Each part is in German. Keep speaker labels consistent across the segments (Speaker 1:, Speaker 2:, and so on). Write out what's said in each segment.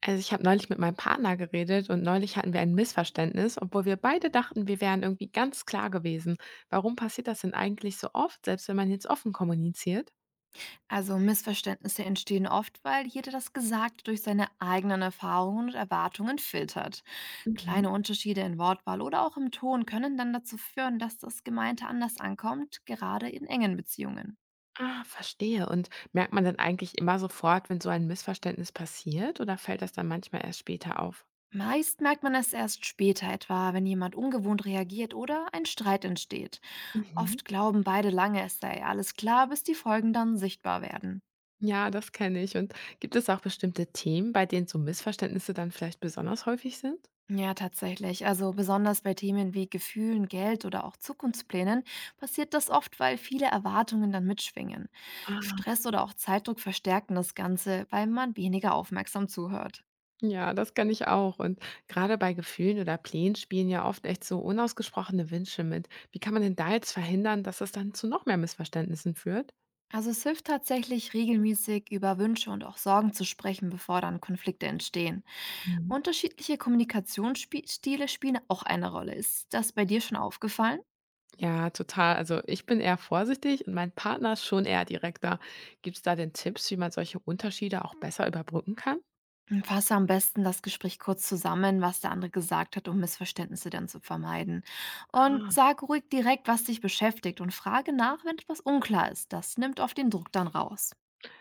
Speaker 1: Also ich habe neulich mit meinem Partner geredet und neulich hatten wir ein Missverständnis, obwohl wir beide dachten, wir wären irgendwie ganz klar gewesen. Warum passiert das denn eigentlich so oft, selbst wenn man jetzt offen kommuniziert?
Speaker 2: Also Missverständnisse entstehen oft, weil jeder das Gesagte durch seine eigenen Erfahrungen und Erwartungen filtert.
Speaker 1: Mhm.
Speaker 2: Kleine Unterschiede in Wortwahl oder auch im Ton können dann dazu führen, dass das Gemeinte anders ankommt, gerade in engen Beziehungen.
Speaker 1: Ah, verstehe. Und merkt man dann eigentlich immer sofort, wenn so ein Missverständnis passiert oder fällt das dann manchmal erst später auf?
Speaker 2: Meist merkt man es erst später etwa, wenn jemand ungewohnt reagiert oder ein Streit entsteht.
Speaker 1: Mhm.
Speaker 2: Oft glauben beide lange, es sei alles klar, bis die Folgen dann sichtbar werden.
Speaker 1: Ja, das kenne ich. Und gibt es auch bestimmte Themen, bei denen so Missverständnisse dann vielleicht besonders häufig sind?
Speaker 2: Ja, tatsächlich. Also besonders bei Themen wie Gefühlen, Geld oder auch Zukunftsplänen passiert das oft, weil viele Erwartungen dann mitschwingen. Stress oder auch Zeitdruck verstärken das Ganze, weil man weniger aufmerksam zuhört.
Speaker 1: Ja, das kann ich auch. Und gerade bei Gefühlen oder Plänen spielen ja oft echt so unausgesprochene Wünsche mit. Wie kann man denn da jetzt verhindern, dass es dann zu noch mehr Missverständnissen führt?
Speaker 2: Also es hilft tatsächlich regelmäßig über Wünsche und auch Sorgen zu sprechen, bevor dann Konflikte entstehen.
Speaker 1: Mhm.
Speaker 2: Unterschiedliche Kommunikationsstile spielen auch eine Rolle. Ist das bei dir schon aufgefallen?
Speaker 1: Ja, total. Also ich bin eher vorsichtig und mein Partner ist schon eher direkter. Gibt es da denn Tipps, wie man solche Unterschiede auch besser überbrücken kann?
Speaker 2: Hm, fasse am besten das Gespräch kurz zusammen, was der andere gesagt hat, um Missverständnisse dann zu vermeiden. Und
Speaker 1: Ah,
Speaker 2: sag ruhig direkt, was dich beschäftigt und frage nach, wenn etwas unklar ist. Das nimmt oft den Druck dann raus.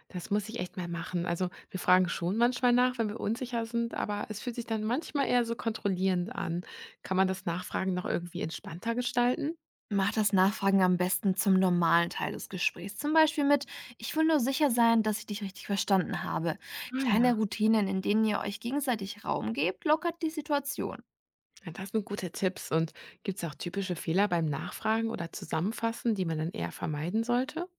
Speaker 1: das muss ich echt mal machen. Also wir fragen schon manchmal nach, wenn wir unsicher sind, aber es fühlt sich dann manchmal eher so kontrollierend an. Kann man das Nachfragen noch irgendwie entspannter gestalten?
Speaker 2: Mach das Nachfragen am besten zum normalen Teil des Gesprächs. Zum Beispiel mit, ich will nur sicher sein, dass ich dich richtig verstanden habe.
Speaker 1: Ah,
Speaker 2: Kleine
Speaker 1: ja.
Speaker 2: Routinen, in denen ihr euch gegenseitig Raum gebt, lockert die Situation.
Speaker 1: Ja, das sind gute Tipps. Und gibt es auch typische Fehler beim Nachfragen oder Zusammenfassen, die man dann eher vermeiden sollte?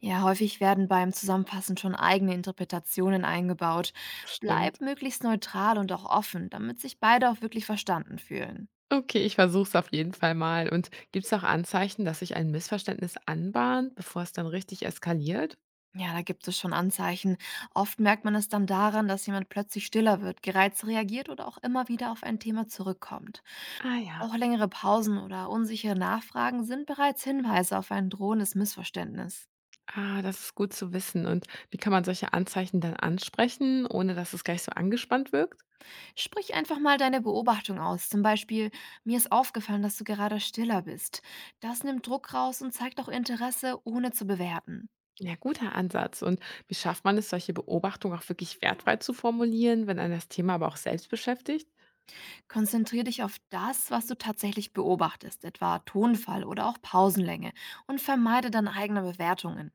Speaker 2: Ja, häufig werden beim Zusammenfassen schon eigene Interpretationen eingebaut. Bleib
Speaker 1: Stimmt.
Speaker 2: möglichst neutral und auch offen, damit sich beide auch wirklich verstanden fühlen.
Speaker 1: Okay, ich versuche es auf jeden Fall mal. Und gibt es auch Anzeichen, dass sich ein Missverständnis anbahnt, bevor es dann richtig eskaliert?
Speaker 2: Ja, da gibt es schon Anzeichen. Oft merkt man es dann daran, dass jemand plötzlich stiller wird, gereizt reagiert oder auch immer wieder auf ein Thema zurückkommt.
Speaker 1: Ah,
Speaker 2: Auch
Speaker 1: ja.
Speaker 2: längere Pausen oder unsichere Nachfragen sind bereits Hinweise auf ein drohendes Missverständnis.
Speaker 1: Ah, das ist gut zu wissen. Und wie kann man solche Anzeichen dann ansprechen, ohne dass es gleich so angespannt wirkt?
Speaker 2: Sprich einfach mal deine Beobachtung aus. Zum Beispiel, mir ist aufgefallen, dass du gerade stiller bist. Das nimmt Druck raus und zeigt auch Interesse, ohne zu bewerten.
Speaker 1: Ja, guter Ansatz. Und wie schafft man es, solche Beobachtungen auch wirklich wertfrei zu formulieren, wenn einen das Thema aber auch selbst beschäftigt?
Speaker 2: Konzentriere dich auf das, was du tatsächlich beobachtest, etwa Tonfall oder auch Pausenlänge, und vermeide deine eigenen Bewertungen.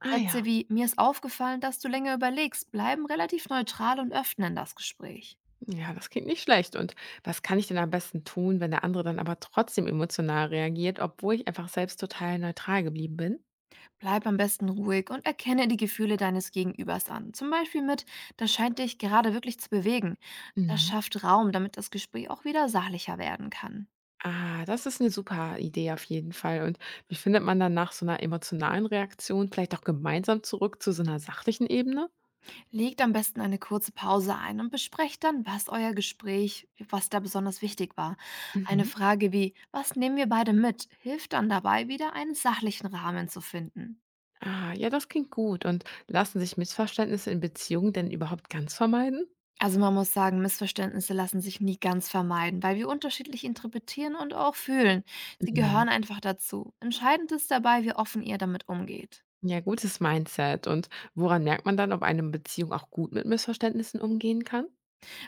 Speaker 1: Ah,
Speaker 2: Sätze
Speaker 1: ja.
Speaker 2: wie, mir ist aufgefallen, dass du länger überlegst, bleiben relativ neutral und öffnen das Gespräch.
Speaker 1: Ja, das klingt nicht schlecht. Und was kann ich denn am besten tun, wenn der andere dann aber trotzdem emotional reagiert, obwohl ich einfach selbst total neutral geblieben bin?
Speaker 2: Bleib am besten ruhig und erkenne die Gefühle deines Gegenübers an. Zum Beispiel mit, das scheint dich gerade wirklich zu bewegen. Das
Speaker 1: Mhm.
Speaker 2: schafft Raum, damit das Gespräch auch wieder sachlicher werden kann.
Speaker 1: Ah, das ist eine super Idee auf jeden Fall. Und wie findet man dann nach so einer emotionalen Reaktion vielleicht auch gemeinsam zurück zu so einer sachlichen Ebene?
Speaker 2: Legt am besten eine kurze Pause ein und besprecht dann, was euer Gespräch, was da besonders wichtig war. Eine
Speaker 1: Mhm.
Speaker 2: Frage wie, was nehmen wir beide mit, hilft dann dabei, wieder einen sachlichen Rahmen zu finden.
Speaker 1: Ah, ja, das klingt gut. Und lassen sich Missverständnisse in Beziehungen denn überhaupt ganz vermeiden?
Speaker 2: Also man muss sagen, Missverständnisse lassen sich nie ganz vermeiden, weil wir unterschiedlich interpretieren und auch fühlen. Sie
Speaker 1: Mhm.
Speaker 2: gehören einfach dazu. Entscheidend ist dabei, wie offen ihr damit umgeht.
Speaker 1: Ja, gutes Mindset. Und woran merkt man dann, ob eine Beziehung auch gut mit Missverständnissen umgehen kann?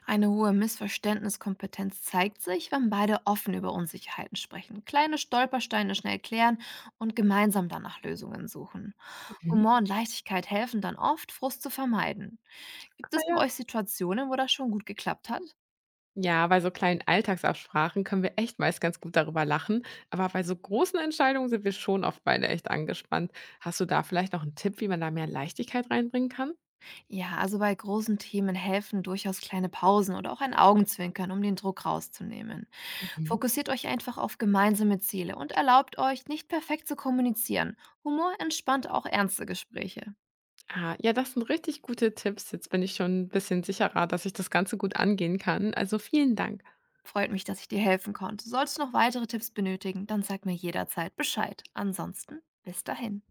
Speaker 2: Eine hohe Missverständniskompetenz zeigt sich, wenn beide offen über Unsicherheiten sprechen, kleine Stolpersteine schnell klären und gemeinsam dann nach Lösungen suchen.
Speaker 1: Mhm.
Speaker 2: Humor und Leichtigkeit helfen dann oft, Frust zu vermeiden. Gibt
Speaker 1: Ah,
Speaker 2: es bei
Speaker 1: ja,
Speaker 2: euch Situationen, wo das schon gut geklappt hat?
Speaker 1: ja, bei so kleinen Alltagsabsprachen können wir echt meist ganz gut darüber lachen, aber bei so großen Entscheidungen sind wir schon oft beide echt angespannt. Hast du da vielleicht noch einen Tipp, wie man da mehr Leichtigkeit reinbringen kann?
Speaker 2: Ja, also bei großen Themen helfen durchaus kleine Pausen oder auch ein Augenzwinkern, um den Druck rauszunehmen.
Speaker 1: Mhm.
Speaker 2: Fokussiert euch einfach auf gemeinsame Ziele und erlaubt euch, nicht perfekt zu kommunizieren. Humor entspannt auch ernste Gespräche.
Speaker 1: Ah, ja, das sind richtig gute Tipps. Jetzt bin ich schon ein bisschen sicherer, dass ich das Ganze gut angehen kann. Also vielen Dank.
Speaker 2: Freut mich, dass ich dir helfen konnte. Sollst du noch weitere Tipps benötigen, dann sag mir jederzeit Bescheid. Ansonsten bis dahin.